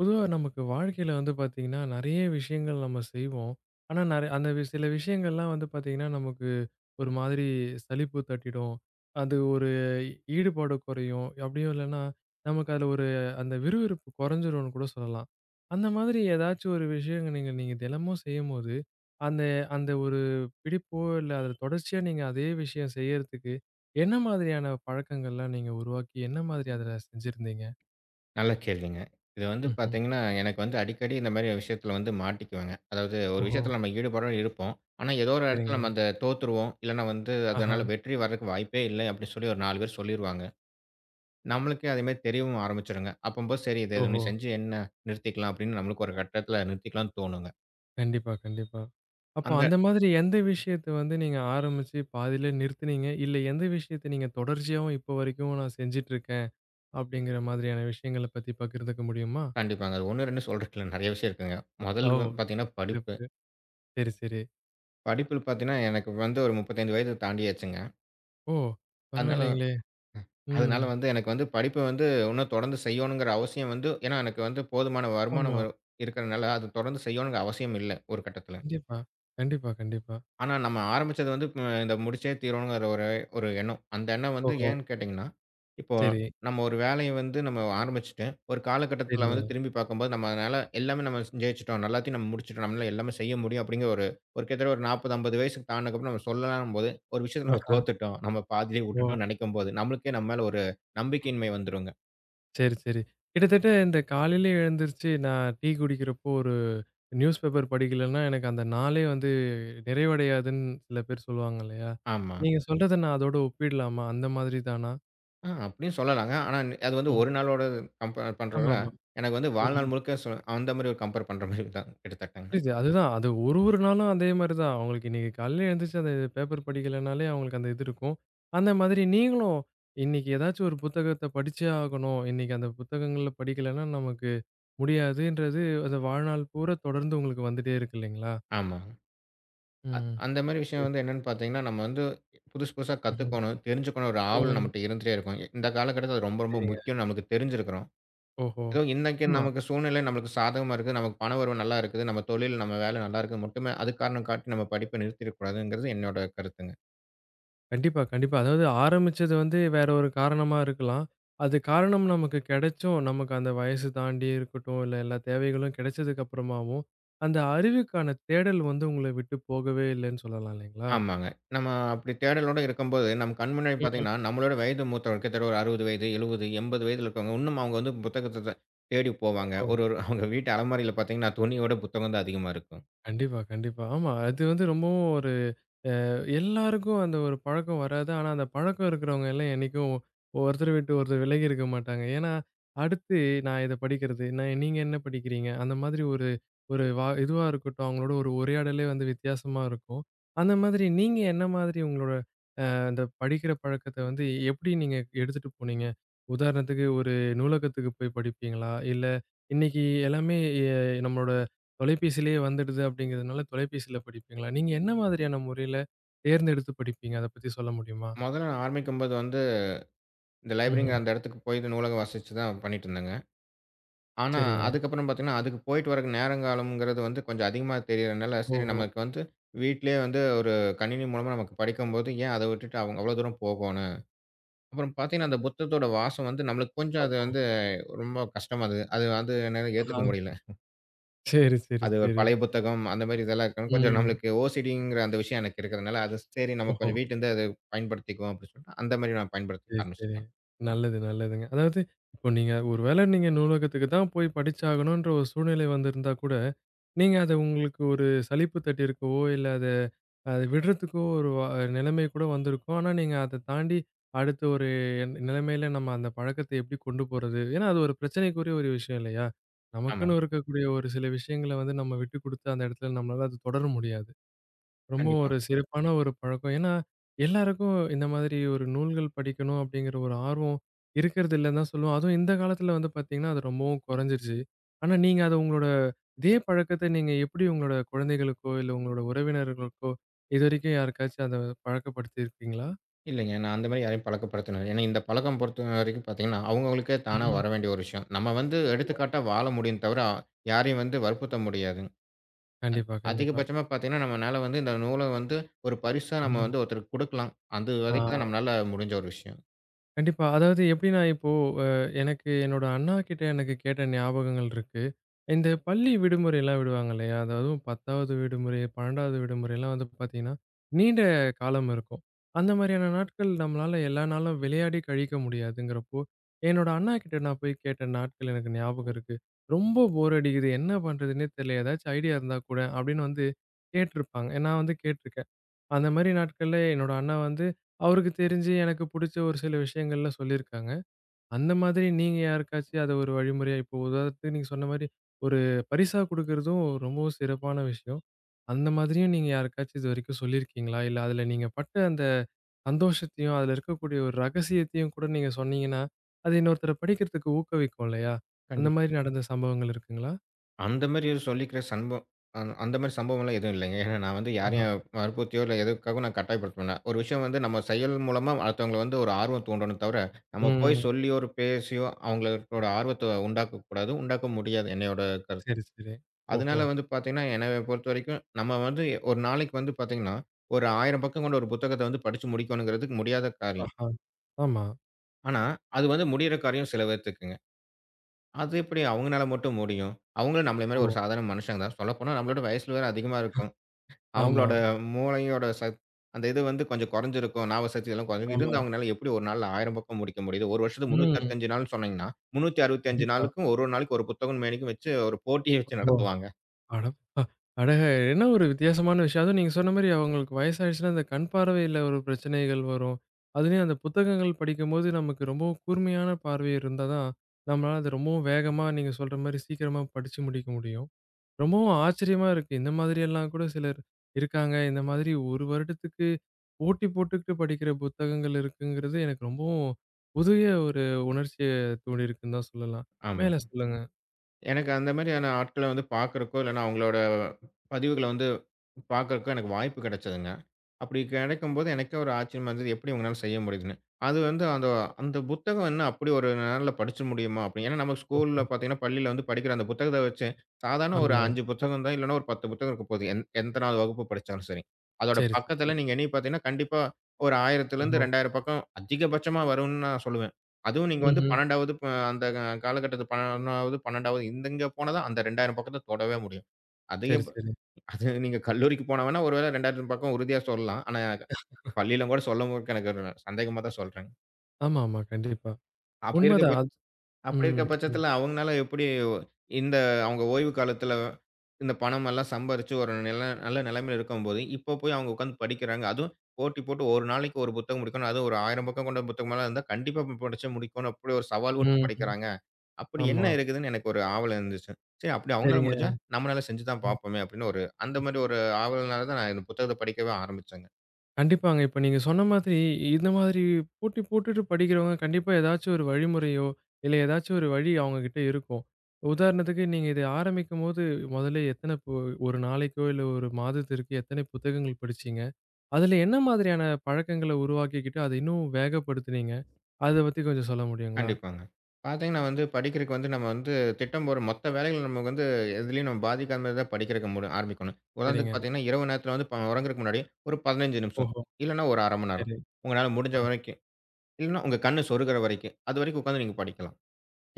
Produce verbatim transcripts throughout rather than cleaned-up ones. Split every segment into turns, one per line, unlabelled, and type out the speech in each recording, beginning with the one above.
பொதுவா நமக்கு வாழ்க்கையில வந்து பார்த்தீங்கன்னா, நெறைய விஷயங்கள் நம்ம செய்வோம். ஆனா நெறை அந்த வி- சில விஷயங்கள்லாம் வந்து பார்த்தீங்கன்னா, நமக்கு ஒரு மாதிரி சலிப்பு தட்டிடும். அது ஒரு ஈடுபாடு குறையும். அப்படியும் இல்லைன்னா, நமக்கு அதுல ஒரு அந்த விறுவிறுப்பு குறைஞ்சிரும்னு கூட சொல்லலாம். அந்த மாதிரி ஏதாச்சும் ஒரு விஷயம் நீங்க நீங்க தினமும் செய்யும்போது, அந்த அந்த ஒரு பிடிப்போ, இல்ல அதுல தொடர்ச்சியா நீங்க அதே விஷயம் செய்யறதுக்கு, என்ன மாதிரியான பழக்கங்கள்லாம் நீங்க உருவாக்கி, என்ன மாதிரி அதுல செஞ்சிருந்தீங்க?
நல்ல கேள்விங்க. இது வந்து
ம்ஹ்ம்.
பார்த்தீங்கன்னா, எனக்கு வந்து அடிக்கடி இந்த மாரி விஷயத்தில வந்து மாட்டிக்குவேங்க. அதாவது ஒரு
ஓஹோ!
விஷயத்தில நம்ம ஈடுபாடோட இருப்போம். ஆனா, ஏதோ ஒரு
சரிங்க.
இடத்துல நம்ம அந்த தோத்துருவோம். இல்லன்னா வந்து
ஆஹா!
அதனால வெற்றி வர்றதுக்கு வாய்ப்பே இல்ல அப்படின்னு சொல்லி ஒரு நாலு பேர் சொல்லிருவாங்க. நம்மளுக்கே அதே மாரி தெரியவும் ஆரம்பிச்சுருங்க. அப்பம்போது சரி இத ஒண்ணு
ஓஹோ!
செஞ்சு என்ன நிறுத்திக்கலாம் அப்படின்னு நம்மளுக்கு ஒரு கட்டத்தில நிறுத்திக்கலாம்ன்னு தோணுங்க.
கண்டிப்பா, கண்டிப்பா. அப்போ
அந்த
அந்த மாதிரி எந்த விஷயத்த வந்து நீங்க ஆரம்பிச்சு பாதியிலே நிறுத்துனீங்க? இல்ல எந்த விஷயத்த நீங்க தொடர்ச்சியாவும் இப்போ வரைக்கும் நான் செஞ்சுட்டுருக்கேன், அப்படிங்கிற மாதிரியான விஷயங்கள பத்தி பகிர்ந்துக்க முடியுமா?
கண்டிப்பாங்க. அது ஒன்று, ரெண்டு சொல்றதுக்கு இல்ல நெறைய விஷயம் இருக்குங்க.
ஓ!
முதல் பார்த்தீங்கன்னா படிப்பு.
சிறப்பு. சரி, சரி.
படிப்புல பார்த்தீங்கன்னா, எனக்கு வந்து ஒரு முப்பத்தி ஐந்து வயது தாண்டியாச்சுங்க.
ஓ!
அதனால
பரவாயில்லைங்களே! ம்.
அதனால வந்து எனக்கு வந்து படிப்பு வந்து இன்னும் தொடர்ந்து செய்யணுங்கிற அவசியம் வந்து ஏன்னா எனக்கு வந்து போதுமான
ஆமா.
வருமானம் வரு இருக்கிறனால அது தொடர்ந்து செய்யணுங்கிற அவசியம் இல்லை ஒரு கட்டத்துல.
கண்டிப்பா. கண்டிப்பா, கண்டிப்பா.
ஆனா நம்ம ஆரம்பிச்சது வந்து ம், இந்த முடிச்சே தீரணுங்கிற ஒரு ஒரு எண்ணம். அந்த எண்ணம் வந்து
ஓஹோ!
ஏன்னு கேட்டீங்கன்னா, இப்போ
சரி.
நம்ம ஒரு வேலைய வந்து நம்ம ஆரம்பிச்சுட்டு, ஒரு காலகட்டத்துல
சரிங்க.
வந்து திரும்பி பார்க்கும்போது நம்ம அதனால எல்லாமே நம்ம ஜெயிச்சுட்டோம். எல்லாத்தையும் நம்ம முடிச்சுட்டோம். நம்மளால எல்லாமே செய்ய முடியும் அப்படிங்கிற ஒரு ஒரு கிட்டத்தட்ட ஒரு நாற்பது, ஐம்பது வயசுக்கு தாண்டுனதுக்கப்புறம் நம்ம சொல்லலாம்போது, ஒரு விஷயத்துல நம்ம
ஆஹா.
தோத்துட்டோம். நம்ம பாதியிலேயே
ஓ!
விட்டுட்டோம்னு நினைக்கும்போது, நம்மளுக்கே நம்ம மேல ஒரு நம்பிக்கையின்மை வந்துருங்க.
சரி, சரி. கிட்டத்தட்ட இந்த காலையில எழுந்திருச்சு நான் டீ குடிக்கிறப்போ ஒரு நியூஸ் பேப்பர் படிக்கலன்னா, எனக்கு அந்த நாளே வந்து நிறைவடையாதுன்னு சில பேர் சொல்லுவாங்க இல்லையா?
ஆமா.
நீங்க சொல்றத நான் அதோட ஒப்பிடலாமா? அந்த மாதிரி தானா?
ஆ அப்டியும் சொல்லலாங்க. ஆனா அது வந்து
ம்.
ஒரு நாளோட கம்பேர் பண்றத,
ஆமாமா.
எனக்கு வந்து வாழ்நாள்
ம்ஹ்ம்.
முழுக்க சொ அந்த மாரி ஒரு கம்பேர் பண்ற மாரி தான் கிட்டத்தட்டங்க.
புரியுது. அதுதான். அது ஒரு ஒரு நாளும் அதே மாரி தான். அவங்களுக்கு இன்னைக்கு காலையில எழுந்திருச்சு அந்த பேப்பர் படிக்கலனாலே அவங்களுக்கு அந்த இது இருக்கும். அந்த மாதிரி நீங்களும் இன்னைக்கு ஏதாச்சும் ஒரு புத்தகத்த படிச்சே ஆகணும். இன்னைக்கு அந்த புத்தகங்கள்ல படிக்கலன்னா நமக்கு முடியாதுன்றது அது வாழ்நாள் பூரா தொடர்ந்து உங்களுக்கு வந்துட்டே இருக்கு இல்லைங்களா?
ஆமா.
ம்.
அந்த மாரி விஷயம் வந்து என்னன்னு பார்த்தீங்கன்னா, நம்ம வந்து புதுசு புதுசா
ம்ஹ்ம்.
கத்துக்கணும், தெரிஞ்சுக்கணும் ஒரு ஆவல்
ம்.
நம்மட்ட இருந்துட்டே இருக்கும். இந்த காலகட்டத்தில அது ரொம்ப ரொம்ப
சரிங்க.
முக்கியம்னு நமக்கு தெரிஞ்சிருக்கிறோம்.
ஓஹோ!
ஏதோ இன்னைக்கு
ஆமா.
நமக்கு சூழ்நிலை நமக்கு சாதகமா இருக்குது, நமக்கு பண வரவு நல்லா இருக்குது, நம்ம தொழில், நம்ம வேலை நல்லா இருக்குது மட்டுமே அது காரணம் காட்டி நம்ம படிப்ப நிறுத்திடக்கூடாதுங்கிறது என்னோட கருத்துங்க.
கண்டிப்பா, கண்டிப்பா. அதாவது ஆரம்பிச்சது வந்து வேற ஒரு காரணமா இருக்கலாம். அது காரணம் நமக்கு கிடைச்சும், நமக்கு அந்த வயசு தாண்டி இருக்கட்டும், இல்ல எல்லா தேவைகளும் கிடைச்சதுக்கு அப்புறமாவும், அந்த அறிவுக்கான தேடல் வந்து உங்கள விட்டு போகவே இல்லன்னு சொல்லலாம் இல்லைங்களா?
ஆமாங்க. நம்ம அப்படி தேடலோட இருக்கும்போது, நம்ம கண் முன்னாடி
ம்ஹ்ம்.
பார்த்தீங்கன்னா, நம்மளோட வயது மூத்தவங்க கிட்டத்தட்ட ஒரு அறுபது வயது, எழுபது, எண்பது வயதில இருக்கவங்க, இன்னும் அவங்க வந்து புத்தகத்த த தேடி போவாங்க.
ஓஹோ!
ஒரு ஒரு அவங்க வீட்டு அலமாரியில பார்த்தீங்கன்னா, துணியோட புத்தகம் தான் அதிகமா இருக்கும்.
கண்டிப்பா, கண்டிப்பா. ஆமா. அது வந்து ரொம்பவும் ஒரு எல்லாருக்கும் அந்த ஒரு பழக்கம் வராது. ஆனா, அந்த பழக்கம் இருக்கிறவங்க எல்லாம் என்னைக்கும் ஒருத்தர விட்டு ஒருத்தர் விலகி இருக்க மாட்டாங்க. ஏன்னா, அடுத்து நான் இத படிக்கிறது, நான் நீங்க என்ன படிக்கிறீங்க? அந்த மாதிரி ஒரு ஒரு வா இதுவா இருக்கட்டும், அவங்களோட ஒரு உரையாடலே வந்து வித்தியாசமா இருக்கும். அந்த மாதிரி நீங்க என்ன மாதிரி உங்களோட அந்த படிக்கிற பழக்கத்த வந்து எப்படி நீங்க எடுத்துட்டு போனீங்க? உதாரணத்துக்கு ஒரு நூலகத்துக்கு போய் படிப்பீங்களா? இல்ல இன்னைக்கு எல்லாமே எ நம்மளோட தொலைபேசியிலேயே வந்துடுது அப்படிங்கிறதுனால தொலைபேசியில படிப்பீங்களா? நீங்க என்ன மாதிரியான முறையில தேர்ந்தெடுத்து படிப்பீங்க? அத பத்தி சொல்ல முடியுமா?
மொதல்ல நான் ஆரம்பிக்கும்போது வந்து, இந்த லைப்ரரிங்கிற
ம்ஹ்ம்.
அந்த இடத்துக்கு போயிட்டு நூலகம் வாசிச்சு தான் பண்ணிட்டுருந்தேங்க. ஆனா,
சரிங்க.
அதுக்கப்புறம் பார்த்தீங்கன்னா, அதுக்கு போயிட்டு வரக்கு நேரங்காலம்ங்கிறது வந்து கொஞ்சம் அதிகமா தெரியறனால, சரி
ஓஹோ!
நமக்கு வந்து வீட்லயே வந்து ஒரு கணினி மூலமா நமக்கு படிக்கும்போது, ஏன் அத விட்டுட்டு அவங்க அவ்வளோ தூரம் போகணும்? அப்புறம் பார்த்தீங்கன்னா, அந்த புத்தத்தோட வாசம் வந்து நம்மளுக்கு கொஞ்சம் அது
ஓஹோ!
வந்து ரொம்ப கஷ்டம் அது. அது வந்து என்னால
ஆஹா.
ஏத்துக்க முடியல.
சரி, சரி,
அது ஒரு
சரி.
பழைய புத்தகம் அந்த மாரி இதெல்லாம் இருக்கவும் கொஞ்சம்
ம்.
நம்மளுக்கு ஓசிடிங்கிற அந்த விஷயம் எனக்கு இருக்கிறதுனால, அது சரி நம்ம
ஓஹோ!
கொஞ்சம் வீட்டிலேருந்து அத பயன்படுத்திக்குவோம் அப்படின்னு சொல்லிட்டு, அந்த மாரி நான் பயன்படுத்த
சரி, சரி.
ஆரம்பிச்சுட்டேன்.
நல்லது, நல்லதுங்க. அதாவது இப்போ நீங்க ஒரு வேள நீங்க நூலகத்துக்கு தான் போய் படிச்சாகணுன்ற ஒரு சூழ்நிலை வந்திருந்தா கூட நீங்க அத உங்களுக்கு ஒரு சலிப்பு தட்டியிருக்கவோ, இல்ல அத அத விடுறதுக்கோ ஒரு வ நிலைமை கூட வந்திருக்கும். ஆனா, நீங்க அத தாண்டி அடுத்த ஒரு எண்- நிலைமையில நம்ம அந்த பழக்கத்த எப்படி கொண்டு போறது? ஏன்னா, அது ஒரு பிரச்சனைக்குரிய ஒரு விஷயம் இல்லையா? நமக்குன்னு
ஆமாங்க.
இருக்கக்கூடிய ஒரு சில விஷயங்கள வந்து நம்ம விட்டு குடுத்து அந்த இடத்துல நம்மளால அது தொடர முடியாது. ரொம்ப
கண்டிப்பா.
ஒரு சிறப்பான ஒரு பழக்கம். ஏன்னா, எல்லாருக்கும் இந்த மாதிரி ஒரு நூல்கள் படிக்கணும் அப்படிங்கிற ஒரு ஆர்வம் இருக்கிறது இல்லன்னு தான் சொல்லுவோம். அதுவும் இந்த காலத்துல வந்து பார்த்தீங்கன்னா, அது ரொம்பவும் குறைஞ்சிருச்சு. ஆனா, நீங்க அத உங்களோட இதே பழக்கத்த நீங்க எப்படி உங்களோட குழந்தைகளுக்கோ, இல்ல உங்களோட உறவினர்களுக்கோ, இதுவரைக்கும் யாருக்காச்சும் அத பழக்கப்படுத்தி இருக்கீங்களா?
இல்லைங்க. நான் அந்த மாரி யாரையும் பழக்கப்படுத்தினது இல்ல. ஏன்னா இந்த பழக்கம் பொறுத்தவரைக்கும் பார்த்தீங்கன்னா, அவங்கவங்களுக்கே தானா
ம்.
வர வேண்டிய ஒரு விஷயம். நம்ம வந்து
ஆமா. ஆமா.
எடுத்துக்காட்டா வாழ முடியும் தவிர, யாரையும் வந்து
சரி,
வற்புறுத்த
சரி.
முடியாது.
கண்டிப்பா, கண்டிப்பா.
அதிகபட்சமா பார்த்தீங்கன்னா, நம்மனால வந்து இந்த நூல வந்து ஒரு பரிசா நம்ம
ம்.
வந்து ஒருத்தருக்கு குடுக்கலாம். அது
ஆ
வரைக்கும் தான் நம்மனால முடிஞ்ச ஒரு விஷயம்.
கண்டிப்பா. அதாவது எப்படின்னா, இப்போ எனக்கு என்னோட அண்ணா கிட்ட எனக்கு கேட்ட ஞாபகங்கள் இருக்கு. இந்த பள்ளி விடுமுறைலாம் விடுவாங்க இல்லையா? அதாவது பத்தாவது விடுமுறை, பன்னிரெண்டாவது விடுமுறைலாம் வந்து பார்த்தீங்கன்னா, நீண்ட காலம் இருக்கும். அந்த மாதிரியான நாட்கள் நம்மளால எல்லா நாளும் விளையாடி கழிக்க முடியாதுங்கிறப்போ, என்னோட அண்ணா கிட்ட நான் போய் கேட்ட நாட்கள் எனக்கு ஞாபகம் இருக்கு. "ரொம்ப போர் அடிக்குது. என்ன பண்றதுன்னே தெரியல. ஏதாச்சும் ஐடியா இருந்தா கூடேன்" அப்படின்னு வந்து கேட்டிருப்பாங்க. நான் வந்து கேட்டிருக்கேன். அந்த மாதிரி நாட்கள்ல என்னோட அண்ணா வந்து அவருக்கு தெரிஞ்சு எனக்கு புடிச்ச ஒரு சில விஷயங்கள்ல சொல்லியிருக்காங்க. அந்த மாதிரி நீங்க யாருக்காச்சும் அத ஒரு வழிமுறையா இப்போ உதாரணத்துக்கு நீங்க சொன்ன மாரி, ஒரு பரிசா குடுக்குறதும் ரொம்பவும் சிறப்பான விஷயம். அந்த மாதிரியும் நீங்க யாருக்காச்சும் இதுவரைக்கும் சொல்லியிருக்கீங்களா? இல்ல அதுல நீங்க பட்ட அந்த சந்தோஷத்தையும், அதுல இருக்கக்கூடிய ஒரு ரகசியத்தையும் கூட நீங்க சொன்னீங்கன்னா, அது இன்னொருத்தர படிக்கிறதுக்கு ஊக்குவிக்கும் இல்லையா? அந்த
கண்டிப்பா.
மாரி நடந்த சம்பவங்கள் இருக்குங்களா?
அந்த மாரி சொல்லிக்கிற சம்பவம் அ அந்த மாரி சம்பவம்லாம் எதுவும் இல்லைங்க. ஏன்னா நான் வந்து
ஆஹா.
யாரையும் வற்புறுத்தியோ இல்ல எதுக்காகவும் நான் கட்டாயப்படுத்த மாட்டேன். ஒரு விஷயம் வந்து நம்ம செயல் மூலமா அடுத்தவங்கள வந்து ஒரு ஆர்வம் தூண்டணும் தவிர, நம்ம போய்
ம்.
சொல்லியோ, ஒரு பேசியோ அவங்களோட ஆர்வத்த உண்டாக்கக்கூடாது. உண்டாக்க முடியாது என்னையோட கருத்து.
சரி, சரி. ஓஹோ!
அதனால வந்து பார்த்தீங்கன்னா, என்னைய பொறுத்தவரைக்கும் நம்ம வந்து ஒரு நாளைக்கு வந்து பார்த்தீங்கன்னா, ஒரு ஆயிரம் பக்கம் கொண்ட ஒரு புத்தகத்த வந்து படிச்சு முடிக்கணுங்கிறதுக்கு முடியாத காரியம்.
ஆஹா. ஆமா.
ஆனா, அது வந்து முடியிற காரியம் சில பேத்துக்குங்க. அது எப்படி அவங்கனால மட்டும் முடியும்? அவங்களும் நம்மள மாரி ஒரு
ஓ!
சாதாரண மனுஷங்க தான். சொல்லப்போனா நம்மளோட வயசுல வேற அதிகமா இருக்கும்.
ஆமா,
அவங்களோட மூளையோட சத் அந்த இது வந்து கொஞ்சம் குறைஞ்சிருக்கும். ஞாபகசக்தி எல்லாம் குறைஞ்சிருக்கும்.
ஆமா.
இருந்து அவங்கனால எப்படி ஒரு நாள்ல ஆயிரம் பக்கம் முடிக்க முடியுது? ஒரு வருஷத்துக்கு
ம்.
முன்னூற்று அறுபத்தி ஐந்து நாள்னு சொன்னீங்கன்னா, முன்னூற்று அறுபத்தி ஐந்து
கண்டிப்பா.
நாளுக்கும் ஒரு ஒரு நாளைக்கு ஒரு புத்தகம்னு மேனிக்கும் வச்சு ஒரு போட்டியே வச்சு
ஓஹோ!
நடத்துவாங்க.
அட! அ அடக என்ன ஒரு வித்தியாசமான விஷயம். அதுவும் நீங்க சொன்ன மாரி அவங்களுக்கு வயசாயிடுச்சுன்னா, அந்த கண் பார்வையில ஒரு பிரச்சனைகள் வரும். அதுலயும் அந்த புத்தகங்கள் படிக்கும்போது நமக்கு ரொம்பவும் கூர்மையான பார்வை இருந்தா தான், நம்மளால அது ரொம்பவும் வேகமா நீங்க சொல்ற மாரி சீக்கிரமா படிச்சு முடிக்க முடியும். ரொம்பவும் ஆச்சரியமா இருக்கு. இந்த மாதிரியெல்லாம் கூட சிலர் இருக்காங்க. இந்த மாதிரி ஒரு வருடத்துக்கு போட்டி போட்டுக்கிட்டு படிக்கிற புத்தகங்கள் இருக்குங்கிறது எனக்கு ரொம்பவும் புதிய ஒரு உணர்ச்சிய தூண்டியிருக்குன்னு தான் சொல்லலாம்.
ஆமா.
மேல சொல்லுங்க.
எனக்கு அந்த மாரியான ஆட்கள வந்து பார்க்கறக்கோ, இல்லன்னா அவங்களோட பதிவுகள வந்து பார்க்கறக்கோ எனக்கு வாய்ப்பு கிடைச்சதுங்க. அப்படி கிடைக்கும்போது எனக்கே ஒரு ஆச்சரியமா இருந்தது. எப்படி இவங்கனால செய்ய முடியுதுன்னு. அது வந்து அந்த அந்த புத்தகம் என்ன அப்படி ஒரு நாள்ல படிச்சு முடியுமா? அப்படி. ஏன்னா நம்ம
ஓஹோ!
ஸ்கூல்ல பார்த்தீங்கன்னா, பள்ளியில வந்து படிக்கிற அந்த புத்தகத்த வச்சு சாதாரண ஒரு
ஆமா.
அஞ்சு புத்தகம் தான், இல்லன்னா ஒரு பத்து புத்தகம் இருக்க போகுது. எந் எத்தனாவது வகுப்பு படிச்சாலும் சரி. அதோட
சரி, சரி.
பக்கத்துல நீங்க எண்ணி பார்த்தீங்கன்னா, கண்டிப்பா ஒரு 1000லேருந்து
ஓஹோ!
இரண்டாயிரம் பக்கம் அதிகபட்சமா வரும்ன்னு நான் சொல்லுவேன். அதுவும் நீங்க வந்து
ம்ஹ்ம்.
12வது ப அந்த காலகட்டத்துல 11வது, 12வது இந்தங்க போனா தான் அந்த இரண்டாயிரம் பக்கத்த தொடவே முடியும்.
சரி,
அதிகம்
சரி.
அது நீங்க கல்லூரிக்கு போனா வேணா ஒரு வேள இரண்டாயிரம் பக்கம் உறுதியா சொல்லலாம். ஆனா பள்ளியிலும் கூட சொல்லும்போது எனக்கு ஒரு சந்தேகமா தான் சொல்றேன்.
ஆமா, ஆமா. கண்டிப்பா.
அப்படி இருக்க
உண்மதான்.
பட்ச
அது
அப்படி இருக்க
ம், ம்.
பட்சத்தில, அவங்கனால எப்படி இந்த அவங்க ஓய்வு காலத்தில இந்த பணமெல்லாம் சம்பாரிச்சு ஒரு நில நல்ல நிலைமையில இருக்கும்போது, இப்போ போய் அவங்க உட்கார்ந்து படிக்கிறாங்க. அதுவும் போட்டி போட்டு ஒரு நாளைக்கு ஒரு புத்தகம் முடிக்கணும். அதுவும் ஒரு ஆயிரம் பக்கம் கொண்ட புத்தகமெல்லாம் இருந்தா, கண்டிப்பா ப படிச்சு முடிக்கணும். அப்படி ஒரு சவால் விட்டு
ம், ம்.
படிக்கிறாங்க. அப்படி என்ன
ஆமா.
இருக்குதுன்னு எனக்கு ஒரு ஆவல் இருந்துச்சு. சரி அப்படி அவங்களால
சரிங்க.
முடிஞ்சா, நம்மளால செஞ்சு தான்
ம்.
பார்ப்போமே அப்படின்னு ஒரு அந்த மாரி ஒரு ஆவல்னால தான் நான் இந்த புத்தகத்த படிக்கவே ஆரம்பிச்சேங்க.
கண்டிப்பாங்க. இப்ப நீங்க சொன்ன மாதிரி, இந்த மாதிரி போட்டி போட்டுட்டு படிக்கிறவங்க கண்டிப்பா ஏதாச்சும் ஒரு வழிமுறையோ, இல்ல ஏதாச்சும் ஒரு வழி அவங்க கிட்ட இருக்கும். உதாரணத்துக்கு நீங்க இத ஆரம்பிக்கும்போது, முதல்ல எத்தன பு ஒரு நாளைக்கோ, இல்ல ஒரு மாதத்திற்கு எத்தனை புத்தகங்கள் படிச்சீங்க? அதுல என்ன மாதிரியான பழக்கங்கள உருவாக்கிக்கிட்டு, அத இன்னும் வேகப்படுத்துனீங்க? அத பத்தி கொஞ்சம் சொல்ல முடியுங்களா?
கண்டிப்பாங்க. பார்த்தீங்கன்னா வந்து படிக்கிறக்கு வந்து நம்ம வந்து திட்டம் போடுற மொத்த வேலைகளும் நமக்கு வந்து எதுலயும் நம்ம பாதிக்காத மாரி தான் படிக்கிறக்கு முடி ஆரம்பிக்கணும். உதாரணத்துக்கு
சரிங்க.
பார்த்தீங்கன்னா, இரவு நேரத்தில வந்து ப உறங்குறக்கு முன்னாடி ஒரு பதினஞ்சு நிமிஷம்,
ஓஹோ!
இல்லன்னா ஒரு அரை மணி நேரம்,
சரி.
உங்களால முடிஞ்ச
ஆ.
வரைக்கும், இல்லன்னா உங்க கண்ணு சொருகுற வரைக்கும், அதுவரைக்கும் உட்காந்து நீங்க படிக்கலாம்.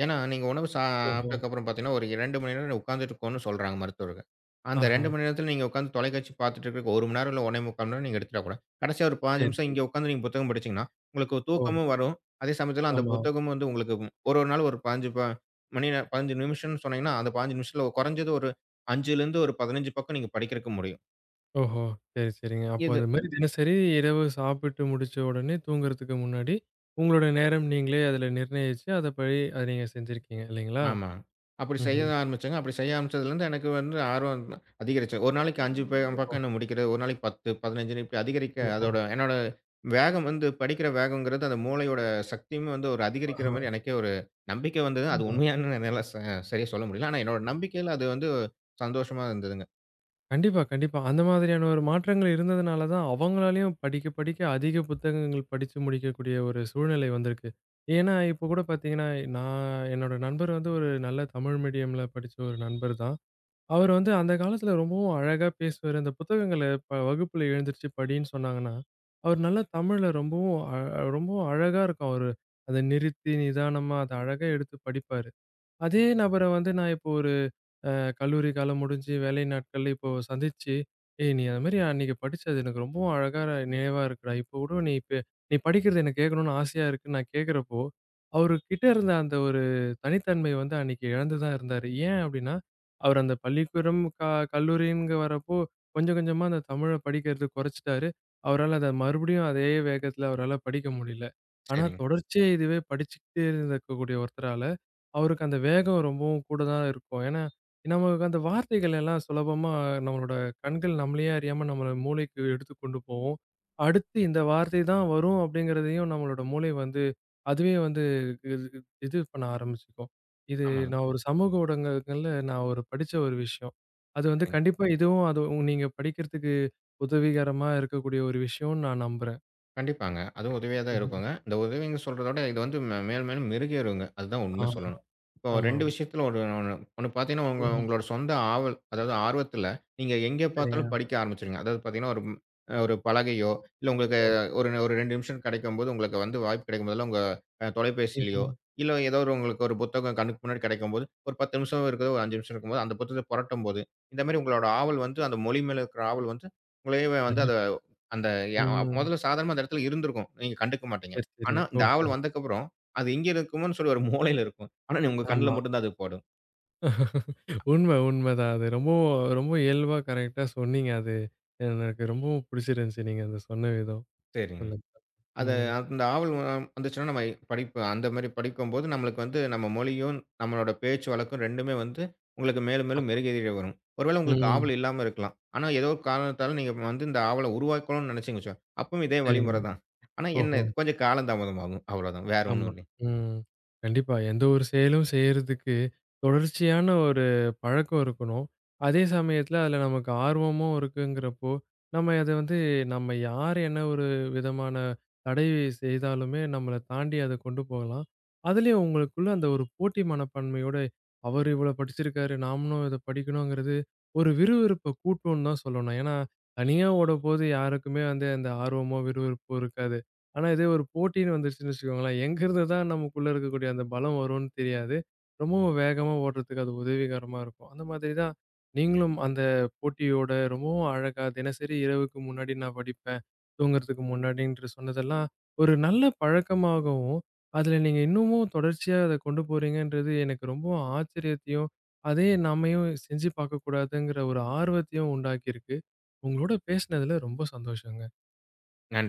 ஏன்னா, நீங்க உணவு
ஓஹோ!
சாப்பிட்டதுக்கப்புறம் பார்த்தீங்கன்னா, ஒரு ரெண்டு மணி நேரம் உட்கார்ந்துட்டு இருக்கோம்னு சொல்றாங்க மருத்துவர்கள். அந்த
ஆஹா!
இரண்டு மணி நேரத்தில நீங்க உட்கார்ந்து தொலைக்காட்சி பார்த்துட்டு இருக்கிறதுக்கு ஒரு மணி நேரம் இல்ல ஒன்று கால் மணி நேரம் நீங்க எடுத்துடக்கூடாது. கடைசியா ஒரு பதினஞ்சு
சரி,
நிமிஷம்
சரி.
இங்க உட்கார்ந்து நீங்க புத்தகம் படிச்சீங்கன்னா, உங்களுக்கு
ஓ!
தூக்கமும் வரும். அதே சமயத்தில அந்த
ஆமா.
புத்தகமும் வந்து உங்களுக்கு ஒரு ஒரு நாள் ஒரு பதினைந்து ப மணி நேரம் பதினஞ்சு நிமிஷம்னு சொன்னீங்கன்னா, அந்த பதினஞ்சு நிமிஷத்தில குறைஞ்சது ஒரு 5லேருந்து ஒரு பதினஞ்சு பக்கம் நீங்க படிக்கிறதுக்கு முடியும்.
ஓஹோ! சரி, சரிங்க. அப்போ அந்த மாரி தினசரி இரவு சாப்பிட்டு முடிச்ச உடனே தூங்குறதுக்கு முன்னாடி, உங்களோட நேரம் நீங்களே அதுல நிர்ணயிச்சு, அதபடி அத நீங்க செஞ்சிருக்கீங்க இல்லைங்களா?
ஆமா. அப்படி செய்ய
ம்ஹ்ம்.
ஆரம்பிச்சேங்க. அப்படி செய்ய ஆரம்பிச்சதுலருந்து எனக்கு வந்து ஆர்வம் அதிகரிச்சு. ஒரு நாளைக்கு அஞ்சு பே
ஓஹோ!
பக்கம் நான் முடிக்கிறது. ஒரு நாளைக்கு பத்து, பதினைந்து இப்படி அதிகரிக்க
ஓஹோ!
அதோட என்னோட வேகம் வந்து படிக்கிற வேகம்ங்கிறது அந்த மூளையோட சக்தியும் வந்து ஒரு அதிகரிக்கிற
ஆஹா!
மாரி எனக்கே ஒரு நம்பிக்கை வந்தது. அது
ஆமா.
உண்மையான்னு என்னால ச சரியா சொல்ல முடியல. ஆனா என்னோட நம்பிக்கையில அது வந்து சந்தோஷமா இருந்ததுங்க.
கண்டிப்பா, கண்டிப்பா. அந்த மாதிரியான ஒரு மாற்றங்கள் இருந்ததுனால தான், அவங்களாலயும் படிக்க படிக்க அதிக புத்தகங்கள் படிச்சு முடிக்கக்கூடிய ஒரு சூழ்நிலை வந்திருக்கு. ஏன்னா, இப்போ கூட பாத்தீங்கன்னா, நான் என்னோட நண்பர் வந்து ஒரு நல்ல தமிழ் மீடியம்ல படிச்ச ஒரு நண்பர் தான். அவரு வந்து அந்த காலத்துல ரொம்பவும் அழகா பேசுவாரு. அந்த புத்தகங்கள ப வகுப்புல எழுந்திருச்சு படின்னு சொன்னாங்கன்னா, அவர் நல்லா தமிழ்ல ரொம்பவும் அ அ- ரொம்பவும் அழகா இருக்கும் அவரு. அத நிறுத்தி, நிதானமா அத அழகா எடுத்து படிப்பாரு. அதே நபர வந்து நான் இப்போ ஒரு அ கல்லூரி காலம் முடிஞ்சு வேலை நாட்கள்ல இப்போ சந்திச்சு, "ஏய்! நீ அது மாரி அன்னைக்கு படிச்சது எனக்கு ரொம்பவும் அழகா நினைவா இருக்குடா. இப்போ கூட நீ இப்ப நீ படிக்கிறது எனக்கு கேட்கணும்னு ஆசையா இருக்குன்னு" நான் கேட்கிறப்போ, அவரு கிட்ட இருந்த அந்த ஒரு தனித்தன்மை வந்து அன்னைக்கு இழந்து தான் இருந்தாரு. ஏன் அப்படின்னா, அவர் அந்த பள்ளிக்கூடம், க கல்லூரின்னு வரப்போ கொஞ்சம் கொஞ்சமா அந்த தமிழ படிக்கிறது குறைச்சுட்டாரு. அவரால அத மறுபடியும் அதே வேகத்துல அவரால படிக்க முடியல. ஆனா
சரிங்க.
தொடர்ச்சியா இதுவே படிச்சுக்கிட்டே இருந்திருக்கக்கூடிய ஒருத்தரால, அவருக்கு அந்த வேகம் ரொம்பவும் கூட தான் இருக்கும். ஏன்னா நமக்கு அந்த வார்த்தைகள் எல்லாம் சுலபமா நம்மளோட கண்கள் நம்மளையே அறியாம நம்மள மூளைக்கு எடுத்து கொண்டு போகும். அடுத்து இந்த வார்த்தை தான் வரும் அப்படிங்கிறதையும் நம்மளோட மூளை வந்து அதுவே வந்து இது இது பண்ண ஆரம்பிச்சுக்கும். இது
ஆமாங்க.
நான் ஒரு சமூக ஊடகங்கள்ல நான் ஒரு படிச்ச ஒரு விஷயம். அது வந்து
சரிங்க.
கண்டிப்பா இதுவும் அது உங்க- நீங்க படிக்கிறதுக்கு உதவிகரமா இருக்கக்கூடிய ஒரு விஷயம்னு நான் நம்புறேன்.
கண்டிப்பாங்க. அதுவும் உதவியா தான்
ம்ஹ்ம்.
இருக்குங்க. இந்த உதவின்னு சொல்றதோட இது வந்து மே மேலும் மேலும் மெருகேறுங்க. அதுதான்
ஆ
உண்மை சொல்லணும். இப்போ
ஆமாமா.
ரெண்டு விஷயத்துல ஒரு ஒண்ணு ஒண்ணு பார்த்தீங்கன்னா, உங்க
ம்ஹ்ம்.
உங்களோட சொந்த ஆவல், அதாவது ஆர்வத்துல நீங்க எங்கே
சரிங்க.
பார்த்தாலும் படிக்க ஆரம்பிச்சுருவீங்க. அதாவது பார்த்தீங்கன்னா, ஒரு அ ஒரு பலகையோ, இல்ல உங்களுக்கு
ஓஹோ!
ஒரு ஒரு ரெண்டு நிமிஷம் கிடைக்கும்போது, உங்களுக்கு வந்து வாய்ப்பு கிடைக்கும்போதெல்லாம் உங்க அ தொலைபேசியிலயோ,
ம்ஹ்ம்.
இல்ல ஏதோ ஒரு உங்களுக்கு ஒரு புத்தகம் கண்ணுக்கு முன்னாடி கிடைக்கும்போது, ஒரு பத்து நிமிஷம் இருக்குது, ஒரு அஞ்சு நிமிஷம் இருக்கும்போது, அந்த புத்தகத்த புரட்டும்போது, இந்த மாரி உங்களோட ஆவல் வந்து அந்த மொழி மேல இருக்கிற ஆவல் வந்து உங்களையவே வந்து
கண்டிப்
அத அந்த யா
ம்.
மொதல்ல சாதாரணமா அந்த இடத்துல இருந்திருக்கும். நீங்க கண்டுக்க மாட்டீங்க.
சரி, சரி.
ஆனா, இந்த
ஓஹோ!
ஆவல் வந்தக்கப்புறம், அது எங்க இருக்குமோன்னு சொல்லி ஒரு மூலையில இருக்கும். ஆனா, நீ உங்க கண்ல
ஆமா.
மட்டும் தான் அது படும்.
உண்மை, உண்மைதான். அது ரொம்பவும் ரொம்ப இயல்பா கரெக்ட்டா சொன்னீங்க. அது எனக்கு ரொம்பவும் பிடிச்சிருந்துச்சு நீங்க அத சொன்ன விதம்.
சரிங்க.
சொல்லுங்க.
அது
ம்.
அந்த ஆவல் வ வந்துச்சுன்னா நம்ம படிப்பு அந்த மாரி படிக்கும்போது நம்மளுக்கு வந்து நம்ம மொழியும், நம்மளோட பேச்சு வழக்கும் 2மே வந்து உங்களுக்கு மேலும் மேலும்
அப்
மெருகேறியே வரும். ஒருவேளை உங்களுக்கு
ம்.
ஆவல் இல்லாம இருக்கலாம். ஆனா, ஏதோ ஒரு காரணத்தால நீங்க வந்து இந்த ஆவல உருவாக்கணும்னு நினைச்சீங்கன்னு வச்சுக்கோங்க. அப்பவும் இதே
சரிங்க.
வழிமுறை தான். ஆனா என்ன
ஓஹோ!
இது, கொஞ்சம் காலம் தாமதமாகும். அவ்வளோதான். வேற ஒண்ணும்
ஆமா.
இல்லைங்க.
ம். கண்டிப்பா. எந்த ஒரு செயலும் செய்யறதுக்கு தொடர்ச்சியான ஒரு பழக்கம் இருக்கணும். அதே சமயத்துல அதுல நமக்கு ஆர்வமும் இருக்குங்கிறப்போ, நம்ம அத வந்து நம்ம யார் என்ன ஒரு விதமான தடை செய்தாலுமே நம்மள தாண்டி அத கொண்டு போகலாம். அதுலயும் உங்களுக்குள்ள அந்த ஒரு போட்டி மனப்பான்மையோட, அவரு இவ்வளோ படிச்சிருக்காரு, நாமளும் இத படிக்கணுங்கிறது ஒரு விறுவிறுப்ப கூட்டும்னு தான் சொல்லணும். ஏன்னா, தனியா ஓடப்போது யாருக்குமே வந்து அந்த ஆர்வமோ, விறுவிறுப்போ இருக்காது. ஆனா இதே ஒரு போட்டின்னு வந்துருச்சுன்னு வச்சுக்கோங்களேன், எங்கிருந்து தான் நமக்குள்ள இருக்கக்கூடிய அந்த பலம் வரும்னு தெரியாது. ரொம்பவும் வேகமா ஓடுறதுக்கு அது உதவிகரமா இருக்கும். அந்த மாதிரி தான் நீங்களும் அந்த போட்டியோட ரொம்பவும் அழகா தினசரி இரவுக்கு முன்னாடி நான் படிப்பேன், தூங்குறதுக்கு முன்னாடின்ற சொன்னதெல்லாம் ஒரு நல்ல பழக்கமாகவும், அதுல நீங்க இன்னமும் தொடர்ச்சியா அத கொண்டு போறீங்கன்றது எனக்கு ரொம்பவும் ஆச்சரியத்தையும், அதே நம்மயும் செஞ்சு பார்க்கக்கூடாதுங்கிற ஒரு ஆர்வத்தையும் உண்டாக்கியிருக்கு. உங்களோட பேசினதுல ரொம்ப சந்தோஷங்க.
நன்றி.